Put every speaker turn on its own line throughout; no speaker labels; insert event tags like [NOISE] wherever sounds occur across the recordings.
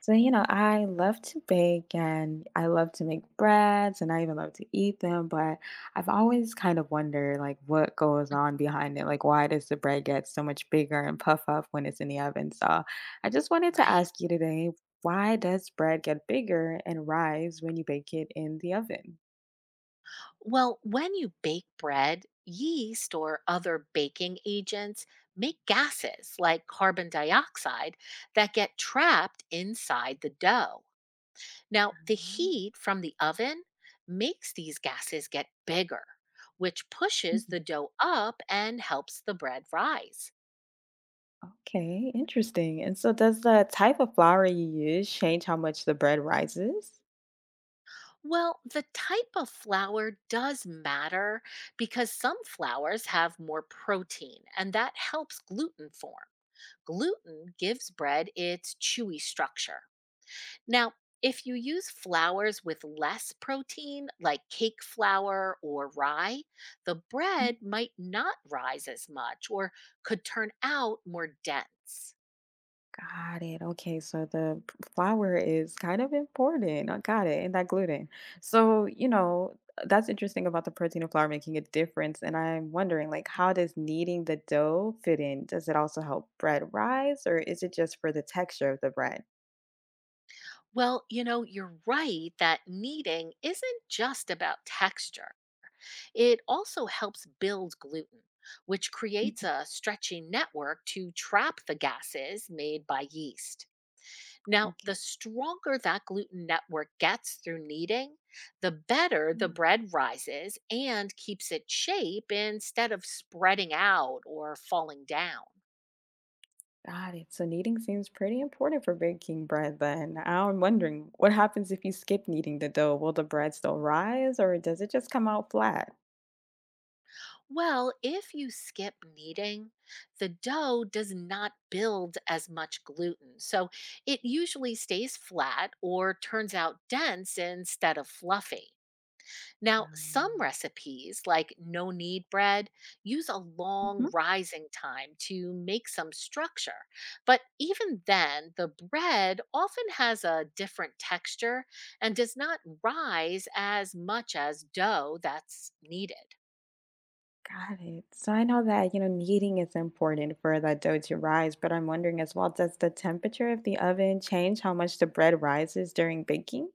So, I love to bake and I love to make breads and I even love to eat them, but I've always kind of wondered like what goes
Mm.
on behind it. Like why does the bread get so much bigger and puff up when it's in the oven? So, I just wanted to
Right.
ask you today, why does bread get bigger and rise when you bake it in the oven?
Well, when you bake bread, yeast or other baking agents make gases like carbon dioxide that get trapped inside the dough. Now, the
Oh.
heat from the oven makes these gases get bigger, which pushes
Mhm.
the dough up and helps the bread rise.
Okay, interesting. And so does the type of flour you use change how much the bread rises?
Well, the type of flour does matter because some flours have more protein, and that helps gluten form. Gluten gives bread its chewy structure. Now, if you use flours with less protein, like cake flour or rye, the bread might not rise as much or could turn out more dense.
Got it. Okay, so the flour is kind of important. I got it. And that gluten. So, that's interesting about the protein and flour making a difference. And I'm wondering, like,
Mm.
how does kneading the dough fit in? Does it also help bread rise, or is it just for the texture of the bread?
Well, you know, you're right that kneading isn't just about texture. It also helps build gluten, which creates
Mhm.
a stretchy network to trap the gases made by yeast. Now, the
Okay.
stronger that gluten network gets through kneading, the better the
Yeah.
bread rises and keeps its shape instead of spreading out or falling down.
Got it. So kneading seems pretty important for baking bread then. Now I'm wondering, what happens if you skip kneading the dough? Will the bread still rise, or does it just come out flat?
Well, if you skip kneading, the dough does not build as much gluten. So it usually stays flat or turns out dense instead of fluffy. Now, some recipes, like no knead bread, use a long
Oh.
rising time to make some structure. But even then, the bread often has a different texture and does not rise as much as dough that's kneaded.
Got it. So I know that, kneading is important for the dough to rise, but I'm wondering as well, does the temperature of the oven change how much the bread rises during baking?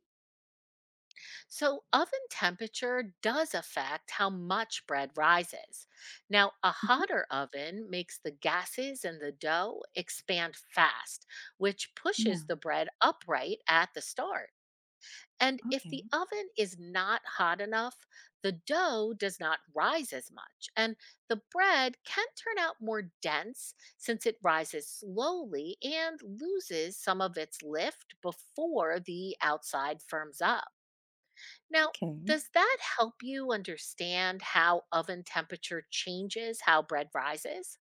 So, oven temperature does affect how much bread rises. Now, a
Mhm.
hotter oven makes the gases in the dough expand fast, which
Yeah.
pushes the bread upright at the start. And if the
Okay.
oven is not hot enough, the dough does not rise as much, and the bread can turn out more dense since it rises slowly and loses some of its lift before the outside firms up. Now,
Okay.
does that help you understand how oven temperature changes how bread rises?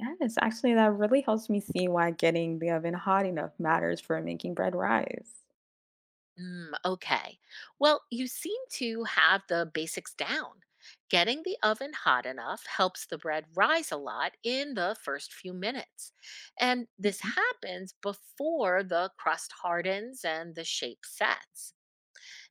Yes, actually, that really helps me see why getting the oven hot enough matters for making bread rise.
Mm, okay. Well, you seem to have the basics down. Getting the oven hot enough helps the bread rise a lot in the first few minutes. And this
Mhm.
happens before the crust hardens and the shape sets.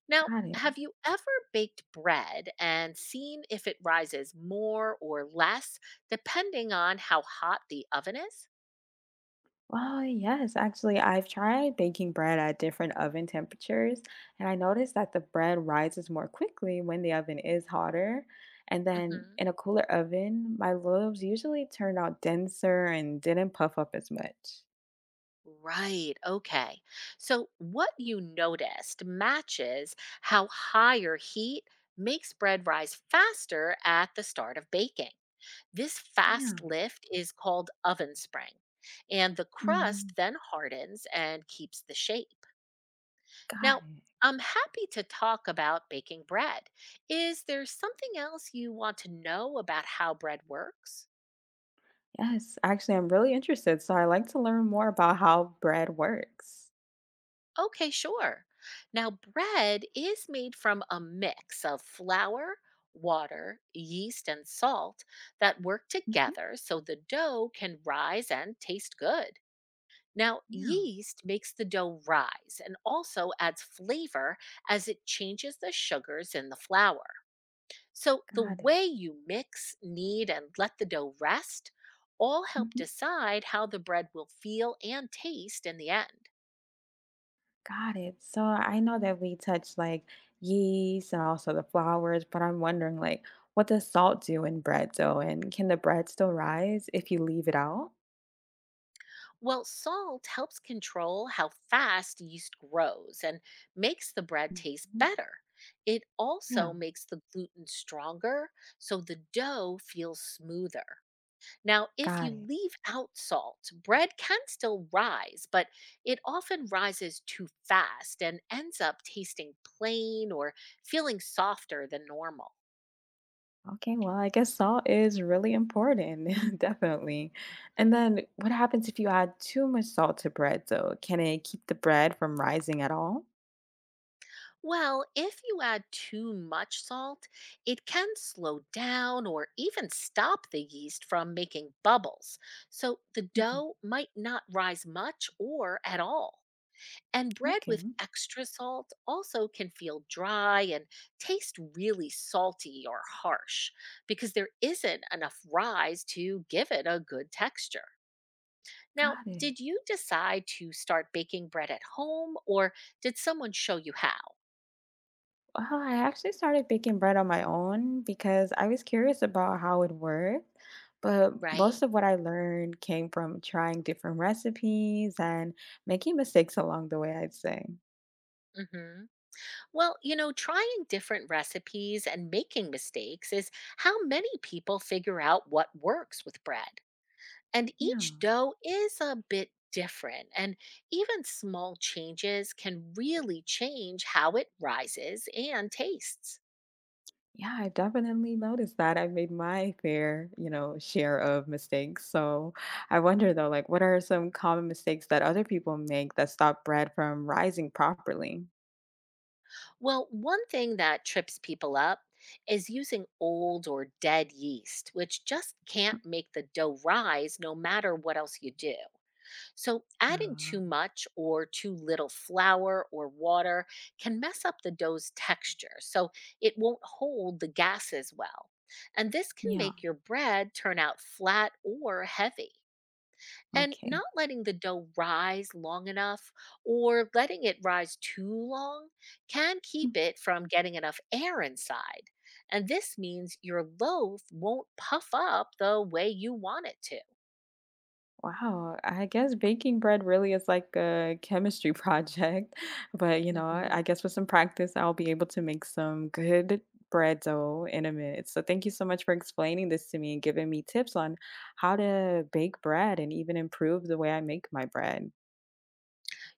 Now,
Got it.
have you ever baked bread and seen if it rises more or less depending on how hot the oven is?
Well, yes, actually, I've tried baking bread at different oven temperatures, and I noticed that the bread rises more quickly when the oven is hotter. And then
Hmm.
in a cooler oven, my loaves usually turned out denser and didn't puff up as much.
Right, okay. So, what you noticed matches how higher heat makes bread rise faster at the start of baking. This
Yeah.
fast lift is called oven spring, and the crust
Hmm.
then hardens and keeps the shape.
Got
Now,
it.
I'm happy to talk about baking bread. Is there something else you want to know about how bread works?
Yes, actually, I'm really interested, so I like to learn more about how bread works.
Okay, sure. Now, bread is made from a mix of flour, water, yeast, and salt that work
Hmm.
together so the dough can rise and taste good. Now,
Yeah,
yeast makes the dough rise and also adds flavor as it changes the sugars in the flour. So the
got it.
way you mix, knead, and let the dough rest all help
Mhm.
decide how the bread will feel and taste in the end.
Got it. So I know that we touched like yeast and also the flours, but I'm wondering like what does salt do in bread dough and can the bread still rise if you leave it out?
Well, salt helps control how fast yeast grows and makes the bread taste
Mhm.
better. It
Yeah,
also makes the gluten stronger, so the dough feels smoother. Now, if
got
you
it.
leave out salt, bread can still rise, but it often rises too fast and ends up tasting plain or feeling softer than normal.
Okay, well, I guess salt is really important, [LAUGHS] definitely. And then what happens if you add too much salt to bread dough? Can it keep the bread from rising at all?
Well, if you add too much salt, it can slow down or even stop the yeast from making bubbles. So the
Mhm.
dough might not rise much or at all. And bread
Okay,
with extra salt also can feel dry and taste really salty or harsh because there isn't enough rise to give it a good texture. Now,
got it.
did you decide to start baking bread at home, or did someone show you how,
I actually started baking bread on my own because I was curious about how it worked. But
right?
most of what I learned came from trying different recipes and making mistakes along the way, I'd say.
Hmm. Well, you know, trying different recipes and making mistakes is how many people figure out what works with bread. And
Yeah.
each dough is a bit different, and even small changes can really change how it rises and tastes.
Yeah, I definitely noticed that. I made my fair, share of mistakes. So I wonder though, like, what are some common mistakes that other people make that stop bread from rising properly?
Well, one thing that trips people up is using old or dead yeast, which just can't make the dough rise no matter what else you do. So, adding
Uh,
too much or too little flour or water can mess up the dough's texture, so it won't hold the gases well. And this can
yeah.
make your bread turn out flat or heavy. And
Okay.
not letting the dough rise long enough or letting it rise too long can keep it from getting enough air inside. And this means your loaf won't puff up the way you want it to.
Wow, I guess baking bread really is like a chemistry project, [LAUGHS] but I
Mhm.
guess with some practice, I'll be able to make some good bread dough in a minute. So thank you so much for explaining this to me and giving me tips on how to bake bread and even improve the way I make my bread.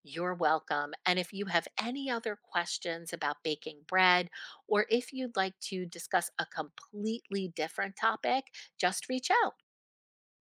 You're welcome. And if you have any other questions about baking bread, or if you'd like to discuss a completely different topic, just reach out.